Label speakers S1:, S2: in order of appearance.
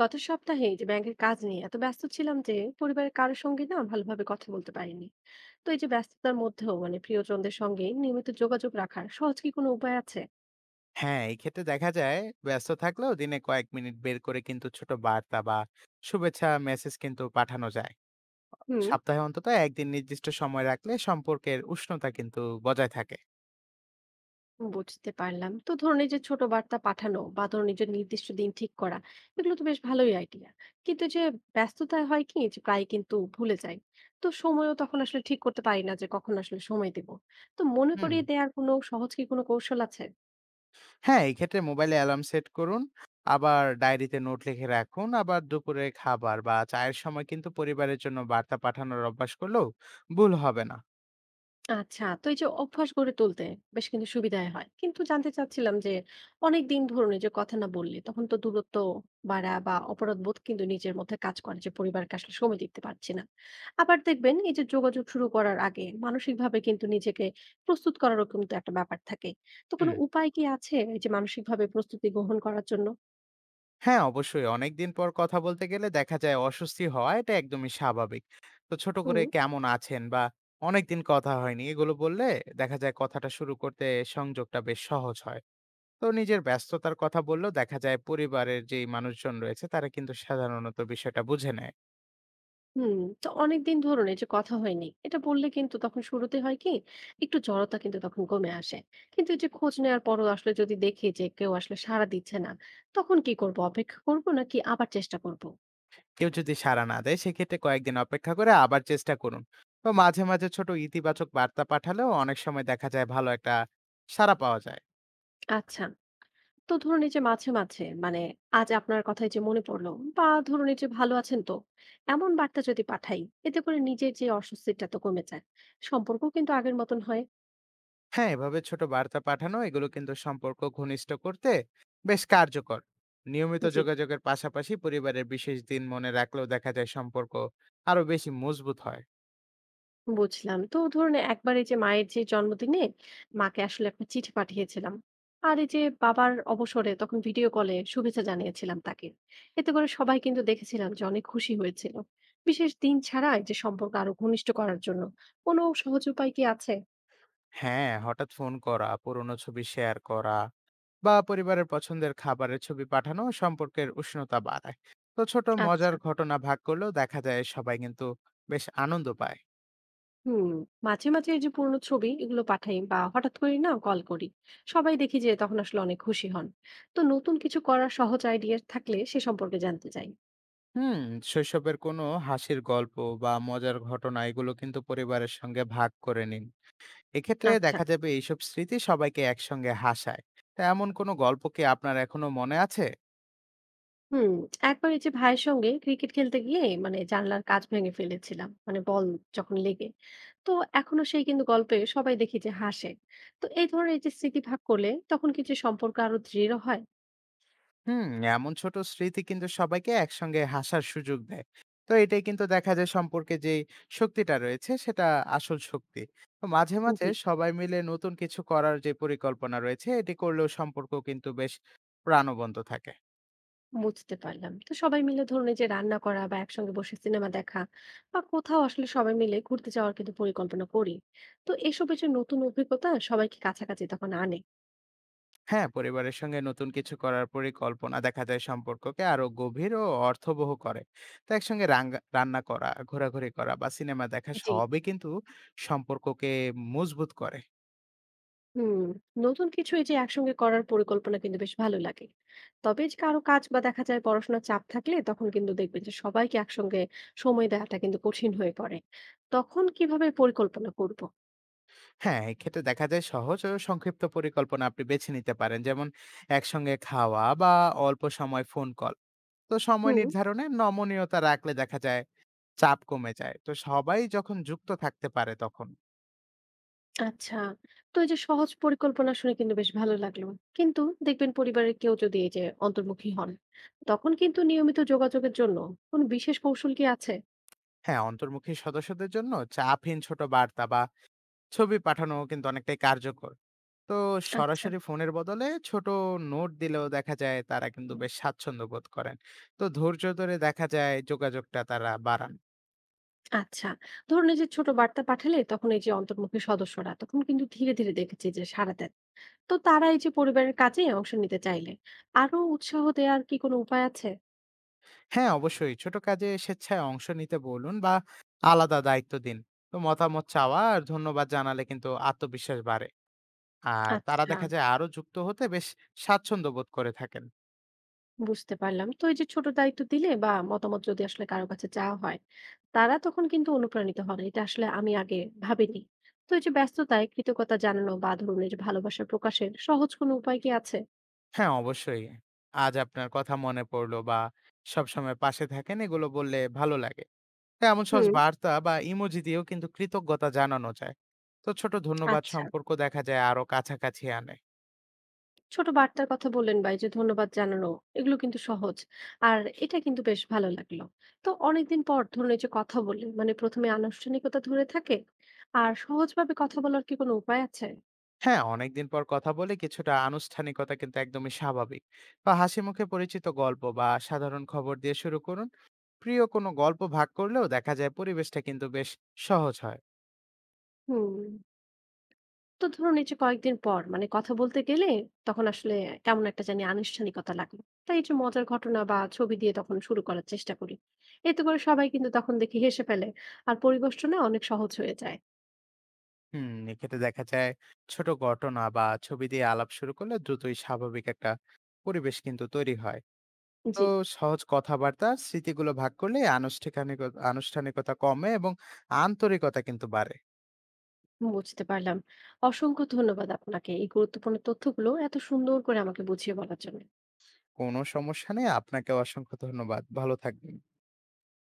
S1: গত সপ্তাহে যে ব্যাংকের কাজ নিয়ে এত ব্যস্ত ছিলাম যে পরিবারের কারোর সঙ্গে না ভালোভাবে কথা বলতে পারিনি। তো এই যে ব্যস্ততার মধ্যেও প্রিয়জনদের সঙ্গে নিয়মিত যোগাযোগ রাখার সহজ কি কোনো উপায় আছে?
S2: হ্যাঁ, এক্ষেত্রে দেখা যায় ব্যস্ত থাকলেও দিনে কয়েক মিনিট বের করে কিন্তু ছোট বার্তা বা শুভেচ্ছা মেসেজ কিন্তু পাঠানো যায়।
S1: হুম,
S2: সপ্তাহে অন্তত ১ দিন নির্দিষ্ট সময় রাখলে সম্পর্কের উষ্ণতা কিন্তু বজায় থাকে।
S1: বুঝতে পারলাম। তো ধরুন এই যে ছোট বার্তা পাঠানো বা ধরুন নিজের নির্দিষ্ট দিন ঠিক করা, এগুলো তো বেশ ভালোই আইডিয়া। কিন্তু যে ব্যস্ততায় হয় কি, যে প্রায় কিন্তু ভুলে যাই। তো সময়ও তখন আসলে ঠিক করতে পারি না যে কখন আসলে সময় দেব। তো মনে
S2: হুম।
S1: করিয়ে দেওয়ার কোনো সহজ কি কোনো কৌশল আছে?
S2: হ্যাঁ, এই ক্ষেত্রে মোবাইলে অ্যালার্ম সেট করুন, আবার ডায়েরিতে নোট লিখে রাখুন, আবার দুপুরে খাবার বা চায়ের সময় কিন্তু পরিবারের জন্য বার্তা পাঠানোর অভ্যাস করলেও ভুল হবে না।
S1: আচ্ছা, তো এই যে অভ্যাস গড়ে তুলতে বেশ কিন্তু সুবিধাই হয়। কিন্তু জানতে চাচ্ছিলাম যে অনেকদিন ধরুন এই যে কথা না বললে তখন তো দূরত্ব বাড়া বা অপরাধবোধ কিন্তু নিজের মধ্যে কাজ করে যে পরিবারকে আসলে সময় দিতে পারছি না। আবার দেখবেন এই যে যোগাযোগ শুরু করার আগে মানসিকভাবে কিন্তু নিজেকে প্রস্তুত করারও কিন্তু একটা ব্যাপার থাকে। তো কোনো
S2: হুম।
S1: উপায় কি আছে এই যে মানসিকভাবে প্রস্তুতি গ্রহণ করার জন্য?
S2: হ্যাঁ, অবশ্যই। অনেকদিন পর কথা বলতে গেলে দেখা যায় অস্বস্তি হওয়া এটা একদমই স্বাভাবিক। তো ছোট করে
S1: হুম।
S2: কেমন আছেন বা অনেকদিন কথা হয়নি এগুলো বললে দেখা যায় কথাটা শুরু করতে সংযোগটা বেশ সহজ হয়। তো নিজের ব্যস্ততার কথা বললেও দেখা যায় পরিবারের যেই মানুষজন রয়েছে তারা কিন্তু সাধারণত বিষয়টা বুঝে নেয়।
S1: হুম, তো অনেকদিন ধরুন এই যে কথা হয়নি এটা বললে কিন্তু তখন শুরুতে হয় কি একটু জড়তা কিন্তু তখন কমে আসে। কিন্তু এই যে খোঁজ নেওয়ার পরও আসলে যদি দেখি যে কেউ আসলে সাড়া দিচ্ছে না, তখন কি করব? অপেক্ষা করব নাকি আবার চেষ্টা করব?
S2: কেউ যদি সাড়া না দেয় সেক্ষেত্রে কয়েকদিন অপেক্ষা করে আবার চেষ্টা করুন। তো মাঝে, মাঝে ছোট ইতিবাচক বার্তা পাঠালেও অনেক সময় দেখা যায় ভালো একটা সাড়া পাওয়া যায়।
S1: আচ্ছা, তো ধরুন এই যে মাঝে মাঝে আজ আপনার কথাই যে মনে পড়লো, বা ধরুন এই যে ভালো আছেন তো, এমন বার্তা যদি পাঠাই, এতে করে নিজের যে অস্বস্তিটা তো কমে যায়, সম্পর্ক কিন্তু আগের মতন হয়।
S2: হ্যাঁ, এভাবে ছোট বার্তা পাঠানো এগুলো কিন্তু সম্পর্ক ঘনিষ্ঠ করতে বেশ কার্যকর। নিয়মিত
S1: জি,
S2: যোগাযোগের পাশাপাশি পরিবারের বিশেষ দিন মনে রাখলেও দেখা যায় সম্পর্ক আরো বেশি মজবুত হয়।
S1: বুঝলাম। তো ধরুন একবার এই যে মায়ের যে জন্মদিনে মাকে আসলে একটা চিঠি পাঠিয়েছিলাম, আর এই যে বাবার অবসরে তখন ভিডিও কলে শুভেচ্ছা জানিয়েছিলাম তাকে। এতে করে সবাই কিন্তু দেখেছিলাম যে অনেক খুশি হয়েছিল। বিশেষ দিন ছাড়া এই যে সম্পর্ক আরো ঘনিষ্ঠ করার জন্য কোনো সহজ উপায় কি আছে?
S2: হ্যাঁ, হঠাৎ ফোন করা, পুরনো ছবি শেয়ার করা বা পরিবারের পছন্দের খাবারের ছবি পাঠানো সম্পর্কের উষ্ণতা বাড়ায়। তো ছোট
S1: আচ্ছা।
S2: মজার ঘটনা ভাগ করলেও দেখা যায় সবাই কিন্তু বেশ আনন্দ পায়।
S1: হুম, মাঝে মাঝে এই যে পুরনো ছবি এগুলো পাঠাই বা হঠাৎ করে না কল করি, সবাই দেখি যে তখন আসলে অনেক খুশি হন। তো নতুন কিছু করার সহজ আইডিয়া থাকলে সে সম্পর্কে জানতে চাই।
S2: হুম। শৈশবের কোনো হাসির গল্প বা মজার ঘটনা এগুলো কিন্তু পরিবারের সঙ্গে ভাগ করে নিন। এক্ষেত্রে
S1: আচ্ছা।
S2: দেখা যাবে এইসব স্মৃতি সবাইকে একসঙ্গে হাসায়। তা এমন কোনো গল্প কি আপনার এখনো মনে আছে?
S1: হুম, একবার এই যে ভাইয়ের সঙ্গে ক্রিকেট খেলতে গিয়ে জানলার কাঁচ ভেঙে ফেলেছিলাম, মানে বল যখন লেগে। তো এখনো সেই কিন্তু গল্পে সবাই দেখি যে হাসে। তো এই ধরনের এই যে স্মৃতি ভাগ করলে তখন কিছু সম্পর্ক আরো দৃঢ় হয়।
S2: হুম। এমন ছোট স্মৃতি কিন্তু সবাইকে একসঙ্গে হাসার সুযোগ দেয়। তো এটাই কিন্তু দেখা যায় সম্পর্কে যে শক্তিটা রয়েছে সেটা আসল শক্তি। তো মাঝে মাঝে
S1: জি,
S2: সবাই মিলে নতুন কিছু করার যে পরিকল্পনা রয়েছে এটি করলেও সম্পর্ক কিন্তু বেশ প্রাণবন্ত থাকে।
S1: বুঝতে পারলাম। তো সবাই মিলে ধরুন এই যে রান্না করা বা একসঙ্গে বসে সিনেমা দেখা বা কোথাও আসলে সবাই মিলে ঘুরতে যাওয়ার কিন্তু পরিকল্পনা করি। তো এসবের যে নতুন অভিজ্ঞতা সবাইকে কাছাকাছি তখন আনে।
S2: হ্যাঁ, পরিবারের সঙ্গে নতুন কিছু করার পরিকল্পনা দেখা যায় সম্পর্ককে আরো গভীর ও অর্থবহ করে। তো একসঙ্গে রাঙ্গা রান্না করা, ঘোরাঘুরি করা বা সিনেমা দেখা
S1: জি।
S2: সবই কিন্তু সম্পর্ককে মজবুত করে।
S1: হুম, নতুন কিছু এই যে একসঙ্গে করার পরিকল্পনা কিন্তু বেশ ভালো লাগে। তবে এই যে কারো কাজ বা দেখা যায় পড়াশোনার চাপ থাকলে তখন কিন্তু দেখবেন যে সবাইকে একসঙ্গে সময় দেওয়াটা কিন্তু কঠিন হয়ে পড়ে। তখন কিভাবে পরিকল্পনা করব?
S2: হ্যাঁ, এক্ষেত্রে দেখা যায় সহজ ও সংক্ষিপ্ত পরিকল্পনা আপনি বেছে নিতে পারেন। যেমন একসঙ্গে খাওয়া বা অল্প সময় ফোন কল। তো সময়
S1: হুম।
S2: নির্ধারণে নমনীয়তা রাখলে দেখা যায় চাপ কমে যায়। তো সবাই যখন যুক্ত থাকতে পারে তখন।
S1: আচ্ছা, তো এই যে সহজ পরিকল্পনা শুনে কিন্তু বেশ ভালো লাগলো। কিন্তু দেখবেন পরিবারের কেউ যদি এই যে অন্তর্মুখী হন তখন কিন্তু নিয়মিত যোগাযোগের জন্য কোন বিশেষ কৌশল কি আছে?
S2: হ্যাঁ, অন্তর্মুখী সদস্যদের জন্য চাপহীন ছোট বার্তা বা ছবি পাঠানো কিন্তু অনেকটাই কার্যকর। তো
S1: আচ্ছা।
S2: সরাসরি ফোনের বদলে ছোট নোট দিলেও দেখা যায় তারা কিন্তু বেশ স্বাচ্ছন্দ্য বোধ করেন। তো ধৈর্য ধরে দেখা যায় যোগাযোগটা তারা বাড়ান।
S1: আচ্ছা, ধরুন এই যে ছোট বার্তা পাঠালে তখন এই যে অন্তর্মুখী সদস্যরা তখন কিন্তু ধীরে ধীরে দেখেছি যে সাড়া দেন। তো তারা এই যে পরিবারের কাজে অংশ নিতে চাইলে আরো উৎসাহ দেওয়ার কি কোনো উপায় আছে?
S2: হ্যাঁ, অবশ্যই ছোট কাজে স্বেচ্ছায় অংশ নিতে বলুন বা আলাদা দায়িত্ব দিন। তো মতামত চাওয়া আর ধন্যবাদ জানালে কিন্তু আত্মবিশ্বাস বাড়ে। আর তারা
S1: আচ্ছা,
S2: দেখা যায় আরো যুক্ত হতে বেশ স্বাচ্ছন্দ্য বোধ করে থাকেন।
S1: বুঝতে পারলাম। তো এই যে ছোট দায়িত্ব দিলে বা মতামত যদি আসলে কারো কাছে চাওয়া হয়, তারা তখন কিন্তু অনুপ্রাণিত হন, এটা আসলে আমি আগে ভাবিনি। তো এই যে ব্যস্ততায় কৃতজ্ঞতা জানানো বা ধরুন এই যে ভালোবাসা প্রকাশের সহজ কোনো উপায় কি আছে?
S2: হ্যাঁ, অবশ্যই। আজ আপনার কথা মনে পড়লো বা সবসময় পাশে থাকেন এগুলো বললে ভালো লাগে। হ্যাঁ, এমন সহজ
S1: হুম।
S2: বার্তা বা ইমোজি দিয়েও কিন্তু কৃতজ্ঞতা জানানো যায়। তো ছোট ধন্যবাদ
S1: আচ্ছা,
S2: সম্পর্ক দেখা যায় আরো কাছাকাছি আনে।
S1: ছোট বার্তার কথা বললেন বা এই যে ধন্যবাদ জানানো, এগুলো কিন্তু সহজ, আর এটা কিন্তু বেশ ভালো লাগলো। তো অনেকদিন পর ধরুন এই যে কথা বললেন প্রথমে আনুষ্ঠানিকতা ধরে থাকে, আর সহজভাবে কথা বলার কি কোনো উপায় আছে?
S2: হ্যাঁ, অনেকদিন পর কথা বলে কিছুটা আনুষ্ঠানিকতা কিন্তু একদমই স্বাভাবিক। বা হাসি মুখে পরিচিত গল্প বা সাধারণ খবর দিয়ে শুরু করুন। প্রিয় কোনো গল্প ভাগ করলেও দেখা যায় পরিবেশটা কিন্তু বেশ সহজ হয়।
S1: হুম, তো ধরুন এই যে কয়েকদিন পর কথা বলতে গেলে তখন আসলে কেমন একটা জানি আনুষ্ঠানিকতা লাগে। তাই এই যে মজার ঘটনা বা ছবি দিয়ে তখন শুরু করার চেষ্টা করি, এতে করে সবাই কিন্তু তখন দেখি হেসে ফেলে, আর পরিবেশটা না অনেক সহজ হয়ে যায়।
S2: হুম, এক্ষেত্রে দেখা যায় ছোট ঘটনা বা ছবি দিয়ে আলাপ শুরু করলে দ্রুতই স্বাভাবিক একটা পরিবেশ কিন্তু তৈরি হয়। তো
S1: জি,
S2: সহজ কথাবার্তা আর স্মৃতিগুলো ভাগ করলে আনুষ্ঠানিকতা আনুষ্ঠানিকতা কমে এবং আন্তরিকতা কিন্তু বাড়ে।
S1: বুঝতে পারলাম। অসংখ্য ধন্যবাদ আপনাকে এই গুরুত্বপূর্ণ তথ্যগুলো এত সুন্দর করে আমাকে বুঝিয়ে বলার জন্য।
S2: কোনো সমস্যা নেই। আপনাকেও অসংখ্য ধন্যবাদ। ভালো থাকবেন।